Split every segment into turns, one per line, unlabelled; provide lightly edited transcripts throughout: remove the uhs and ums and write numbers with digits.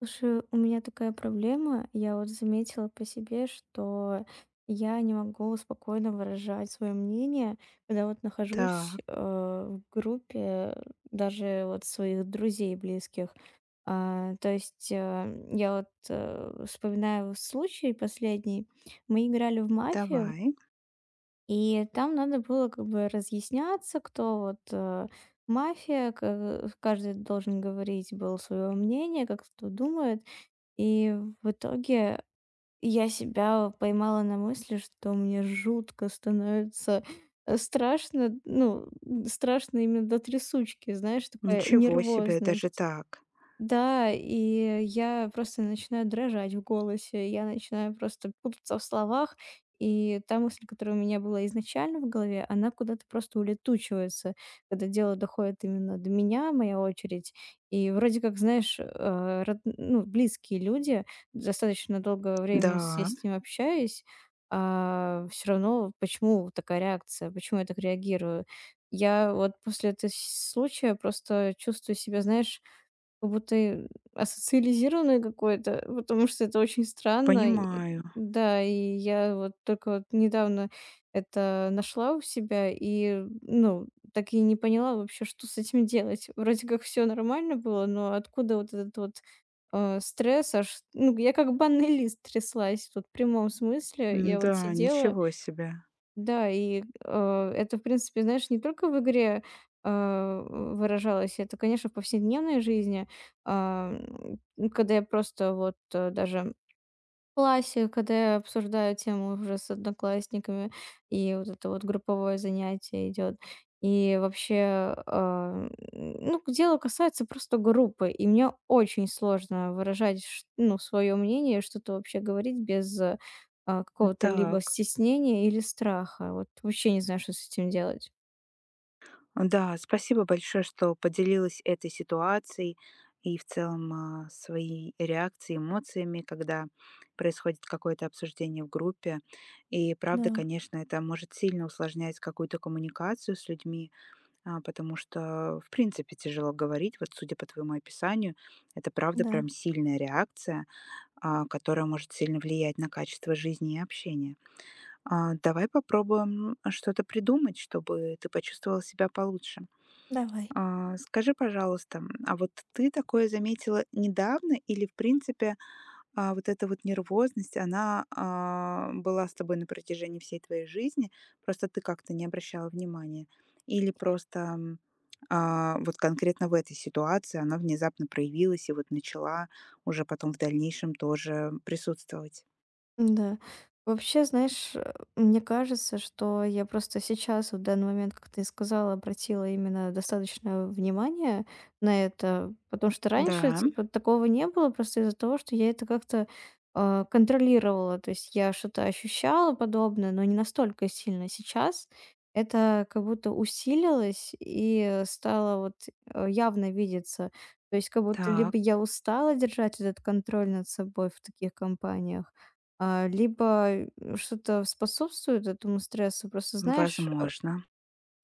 Слушай, у меня такая проблема. Я вот заметила по себе, что я не могу спокойно выражать свое мнение, когда вот нахожусь
Так,
в группе даже вот своих друзей близких. То есть я вот вспоминаю случай последний. Мы играли в мафию,
давай.
и там надо было как бы разъясняться, кто вот мафия, каждый должен говорить был свое мнение, как кто думает. И в итоге я себя поймала на мысли, что мне жутко становится, страшно. Ну, страшно именно до трясучки, знаешь, такая
Ничего себе, даже
нервозность.
так.
Да, и я просто начинаю дрожать в голосе, я начинаю просто путаться в словах, и та мысль, которая у меня была изначально в голове, она куда-то просто улетучивается, когда дело доходит именно до меня, моя очередь. И вроде как, знаешь, ну, близкие люди, достаточно долгое время я
Да,
с ним общаюсь, а все равно почему такая реакция, почему я так реагирую? Я вот после этого случая просто чувствую себя, знаешь, как будто и асоциализированный какой-то, потому что это очень странно. И
понимаю.
да, и я вот только вот недавно это нашла у себя и, ну, так и не поняла вообще, что с этим делать. Вроде как все нормально было, но откуда вот этот вот, стресс аж? Ну, я как банный лист тряслась, вот в прямом смысле. Я вот
М-да,
сидела
ничего себе.
да, и, это, в принципе, знаешь, не только в игре, а выражалось, это, конечно, в повседневной жизни. Ну, когда я просто вот, даже классе, когда я обсуждаю тему уже с одноклассниками, и вот это вот групповое занятие идет. И вообще, а, ну, дело касается просто группы, и мне очень сложно выражать, ну, свое мнение, что-то вообще говорить без какого-то либо
Так.
стеснения или страха. Вот вообще не знаю, что с этим делать.
Да, спасибо большое, что поделилась этой ситуацией и в целом, своей реакцией, эмоциями, когда происходит какое-то обсуждение в группе. И правда,
Да,
конечно, это может сильно усложнять какую-то коммуникацию с людьми, потому что, в принципе, тяжело говорить. Вот, судя по твоему описанию, это правда
да,
прям сильная реакция, которая может сильно влиять на качество жизни и общения. Давай попробуем что-то придумать, чтобы ты почувствовала себя получше.
давай.
Скажи, пожалуйста, а вот ты такое заметила недавно или, в принципе, вот эта вот нервозность, она была с тобой на протяжении всей твоей жизни, просто ты как-то не обращала внимания? Или просто вот конкретно в этой ситуации она внезапно проявилась и вот начала уже потом в дальнейшем тоже присутствовать?
Да. Вообще, знаешь, мне кажется, что я просто сейчас, вот в данный момент, как ты и сказала, обратила именно достаточно внимание на это, потому что
Да,
раньше, типа, такого не было просто из-за того, что я это как-то, контролировала. То есть я что-то ощущала подобное, но не настолько сильно. Сейчас это как будто усилилось и стало вот, явно видеться. То есть как будто
так,
либо я устала держать этот контроль над собой в таких компаниях, а либо что-то способствует этому стрессу. Просто знаешь,
возможно.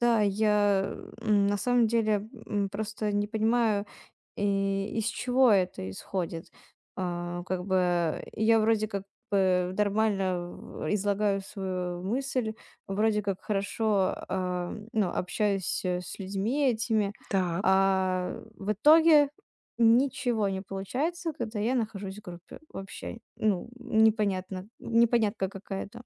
да, я, на самом деле, просто не понимаю, и из чего это исходит. Как бы я вроде как бы нормально в излагаю свою мысль, вроде как хорошо, а, ну, общаюсь, с людьми этими,
Так,
а в итоге ничего не получается, когда я нахожусь в группе. Вообще, ну, непонятно непонятка какая-то.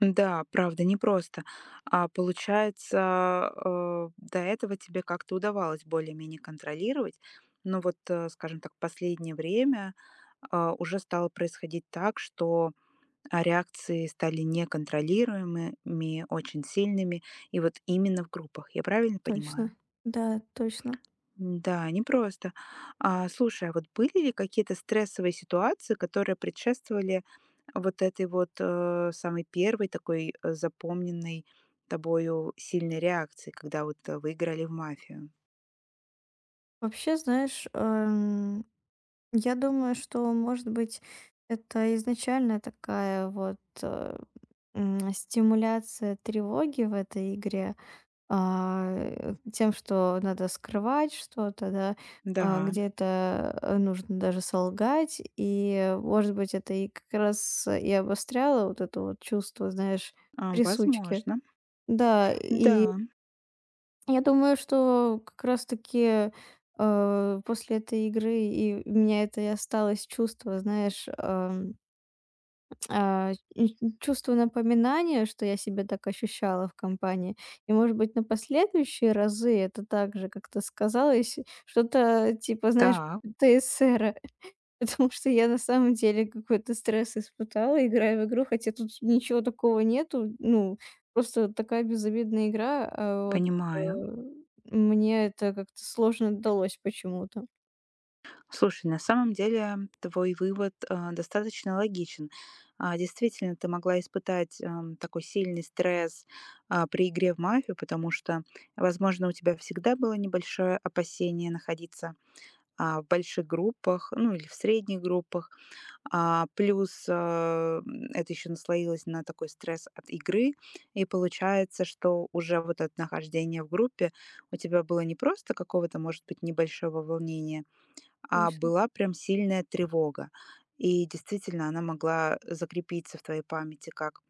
да, правда, непросто. А получается, до этого тебе как-то удавалось более-менее контролировать, но вот, скажем так, последнее время уже стало происходить так, что реакции стали неконтролируемыми, очень сильными, и вот именно в группах. Я правильно
Точно.
понимаю?
Да, точно.
Да, непросто. Слушай, а вот были ли какие-то стрессовые ситуации, которые предшествовали вот этой вот, самой первой такой, запомненной тобою сильной реакции, когда вот, вы играли в мафию?
Вообще, знаешь, я думаю, что, может быть, это изначально такая вот стимуляция тревоги в этой игре, тем, что надо скрывать что-то, да,
Да,
а где-то нужно даже солгать, и, может быть, это и как раз и обостряло вот это вот чувство, знаешь, трясучки.
возможно.
Да,
Да,
и я думаю, что как раз-таки, после этой игры и у меня это и осталось чувство, знаешь, и чувство напоминания, что я себя так ощущала в компании. И, может быть, на последующие разы это также как-то сказалось, что-то типа, знаешь,
так,
ТСР. Потому что я на самом деле какой-то стресс испытала, играя в игру, хотя тут ничего такого нету. Ну, просто вот такая безобидная игра, а вот,
понимаю.
э, мне это как-то сложно далось почему-то.
Слушай, на самом деле твой вывод достаточно логичен. Действительно, ты могла испытать такой сильный стресс при игре в мафию, потому что, возможно, у тебя всегда было небольшое опасение находиться в больших группах, ну или в средних группах. Плюс это еще наслоилось на такой стресс от игры, и получается, что уже вот от нахождения в группе у тебя было не просто какого-то, может быть, небольшого волнения, а
Точно.
была прям сильная тревога. И действительно, она могла закрепиться в твоей памяти как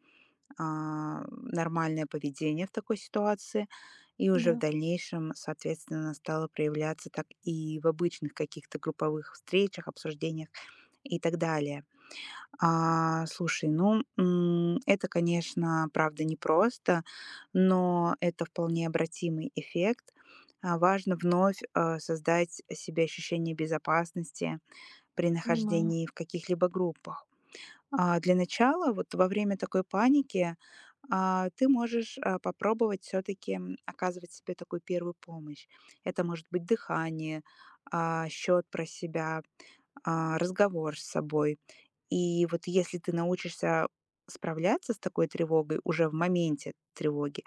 нормальное поведение в такой ситуации, и уже в
Да,
дальнейшем, соответственно, стало проявляться так и в обычных каких-то групповых встречах, обсуждениях и так далее. Слушай, ну, это, конечно, правда непросто, но это вполне обратимый эффект. Важно вновь создать себе ощущение безопасности при
понимаю.
нахождении в каких-либо группах. Для начала, вот во время такой паники, ты можешь, попробовать все таки оказывать себе такую первую помощь. Это может быть дыхание, счёт про себя, разговор с собой. И вот если ты научишься справляться с такой тревогой уже в моменте тревоги,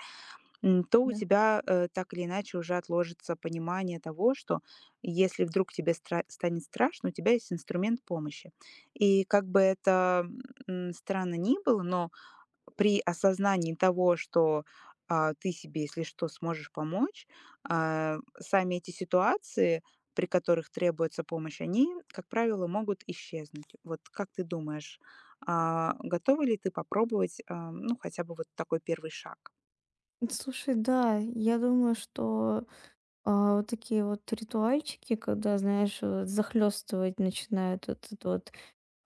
то у
Да.
тебя так или иначе уже отложится понимание того, что если вдруг тебе станет страшно, у тебя есть инструмент помощи. И как бы это странно ни было, но при осознании того, что ты себе, если что, сможешь помочь, сами эти ситуации, при которых требуется помощь, они, как правило, могут исчезнуть. Вот как ты думаешь, готова ли ты попробовать, ну, хотя бы вот такой первый шаг?
Слушай, да, я думаю, что, вот такие вот ритуальчики, когда, знаешь, захлестывать начинают вот этот вот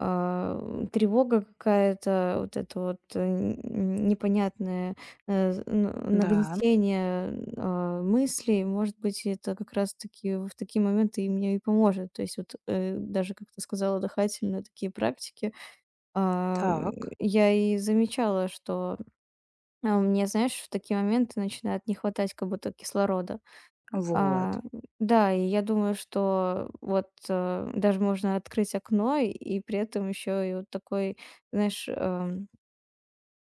А, тревога какая-то, вот это вот, э, н непонятное, э, з н
Да,
нагнетение, мыслей. Может быть, это как раз таки в такие моменты и мне и поможет. То есть вот, даже, как ты сказала, дыхательные такие практики.
так,
Я и замечала, что, мне, знаешь, в такие моменты начинает не хватать как будто кислорода.
вот.
А, да, и я думаю, что вот, даже можно открыть окно и при этом еще и вот такой, знаешь, эм,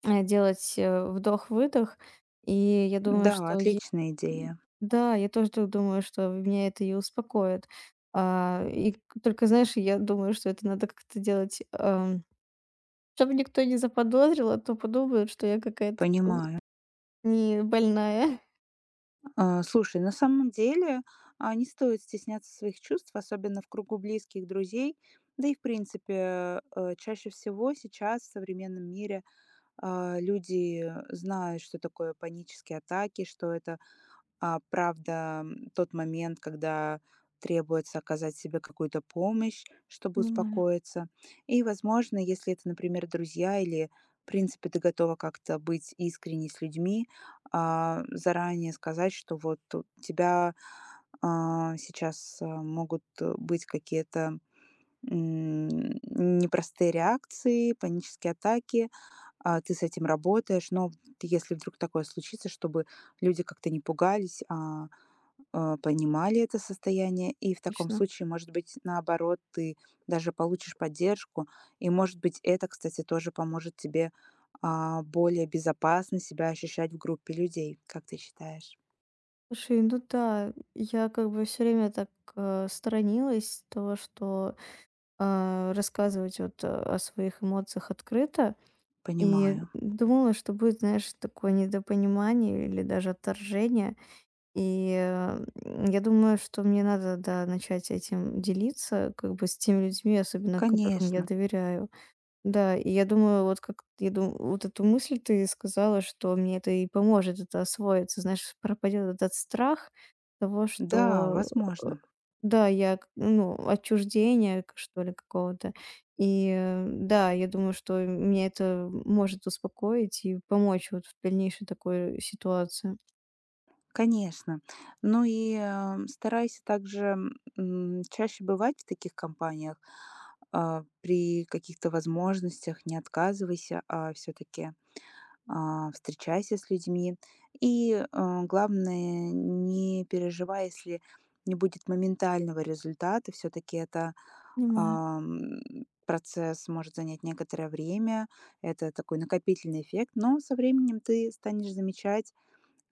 э, делать, вдох-выдох. И я думаю,
Да,
что е
отличная идея.
да, я тоже так думаю, что меня это и успокоит. А, и к Только, знаешь, я думаю, что это надо как-то делать, чтобы никто не заподозрил, а то подумают, что я какая-то там
Понимаю.
не больная.
Слушай, на самом деле, не стоит стесняться своих чувств, особенно в кругу близких друзей. Да и, в принципе, чаще всего сейчас в современном мире люди знают, что такое панические атаки, что это правда, тот момент, когда требуется оказать себе какую-то помощь, чтобы
Понимаю,
успокоиться. И, возможно, если это, например, друзья или, в принципе, ты готова как-то быть искренней с людьми, заранее сказать, что вот у тебя сейчас могут быть какие-то м, непростые реакции, панические атаки, ты с этим работаешь, но вот если вдруг такое случится, чтобы люди как-то не пугались, а понимали это состояние. И в таком
точно.
случае, может быть, наоборот, ты даже получишь поддержку. И, может быть, это, кстати, тоже поможет тебе более безопасно себя ощущать в группе людей, как ты считаешь?
Слушай, ну да, я как бы все время так, сторонилась того, что, рассказывать вот, о своих эмоциях открыто. И
Понимаю.
думала, что будет, знаешь, такое недопонимание или даже отторжение. И, я думаю, что мне надо, да, начать этим делиться как бы с теми людьми, особенно которым я
Конечно.
доверяю. Да, и я думаю, вот как я думаю, вот эту мысль ты сказала, что мне это и поможет это освоиться. Знаешь, пропадет этот страх того,
Да,
что э,
возможно.
да, я, ну, отчуждение, что ли, какого-то. И да, я думаю, что мне это может успокоить и помочь вот в дальнейшей такой ситуации.
Конечно. Ну и старайся также чаще бывать в таких компаниях. При каких-то возможностях не отказывайся, а все-таки встречайся с людьми. И главное, не переживай, если не будет моментального результата. Все-таки это
Понимаю,
процесс может занять некоторое время. Это такой накопительный эффект. Но со временем ты станешь замечать,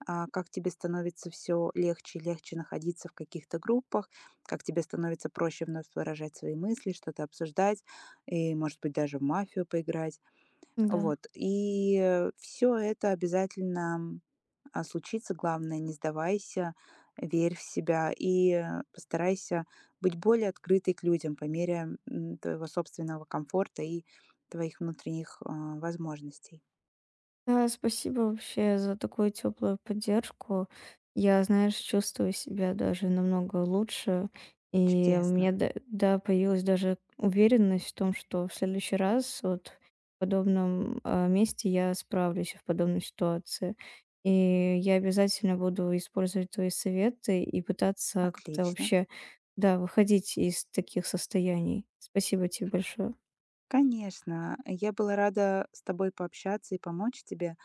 как тебе становится все легче и легче находиться в каких-то группах, как тебе становится проще вновь выражать свои мысли, что-то обсуждать и, может быть, даже в мафию поиграть.
да.
Вот. И все это обязательно, случится. Главное, не сдавайся, верь в себя и постарайся быть более открытой к людям по мере, твоего собственного комфорта и твоих внутренних, возможностей.
Да, спасибо вообще за такую теплую поддержку. Я, знаешь, чувствую себя даже намного лучше. И у
Чудесно.
меня, да, да, появилась даже уверенность в том, что в следующий раз вот в подобном месте я справлюсь и в подобной ситуации. И я обязательно буду использовать твои советы и пытаться как-то
Отлично.
вообще, да, выходить из таких состояний. Спасибо тебе большое.
Конечно, я была рада с тобой пообщаться и помочь тебе.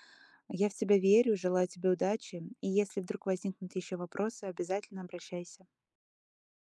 Я в тебя верю, желаю тебе удачи. И если вдруг возникнут еще вопросы, обязательно обращайся.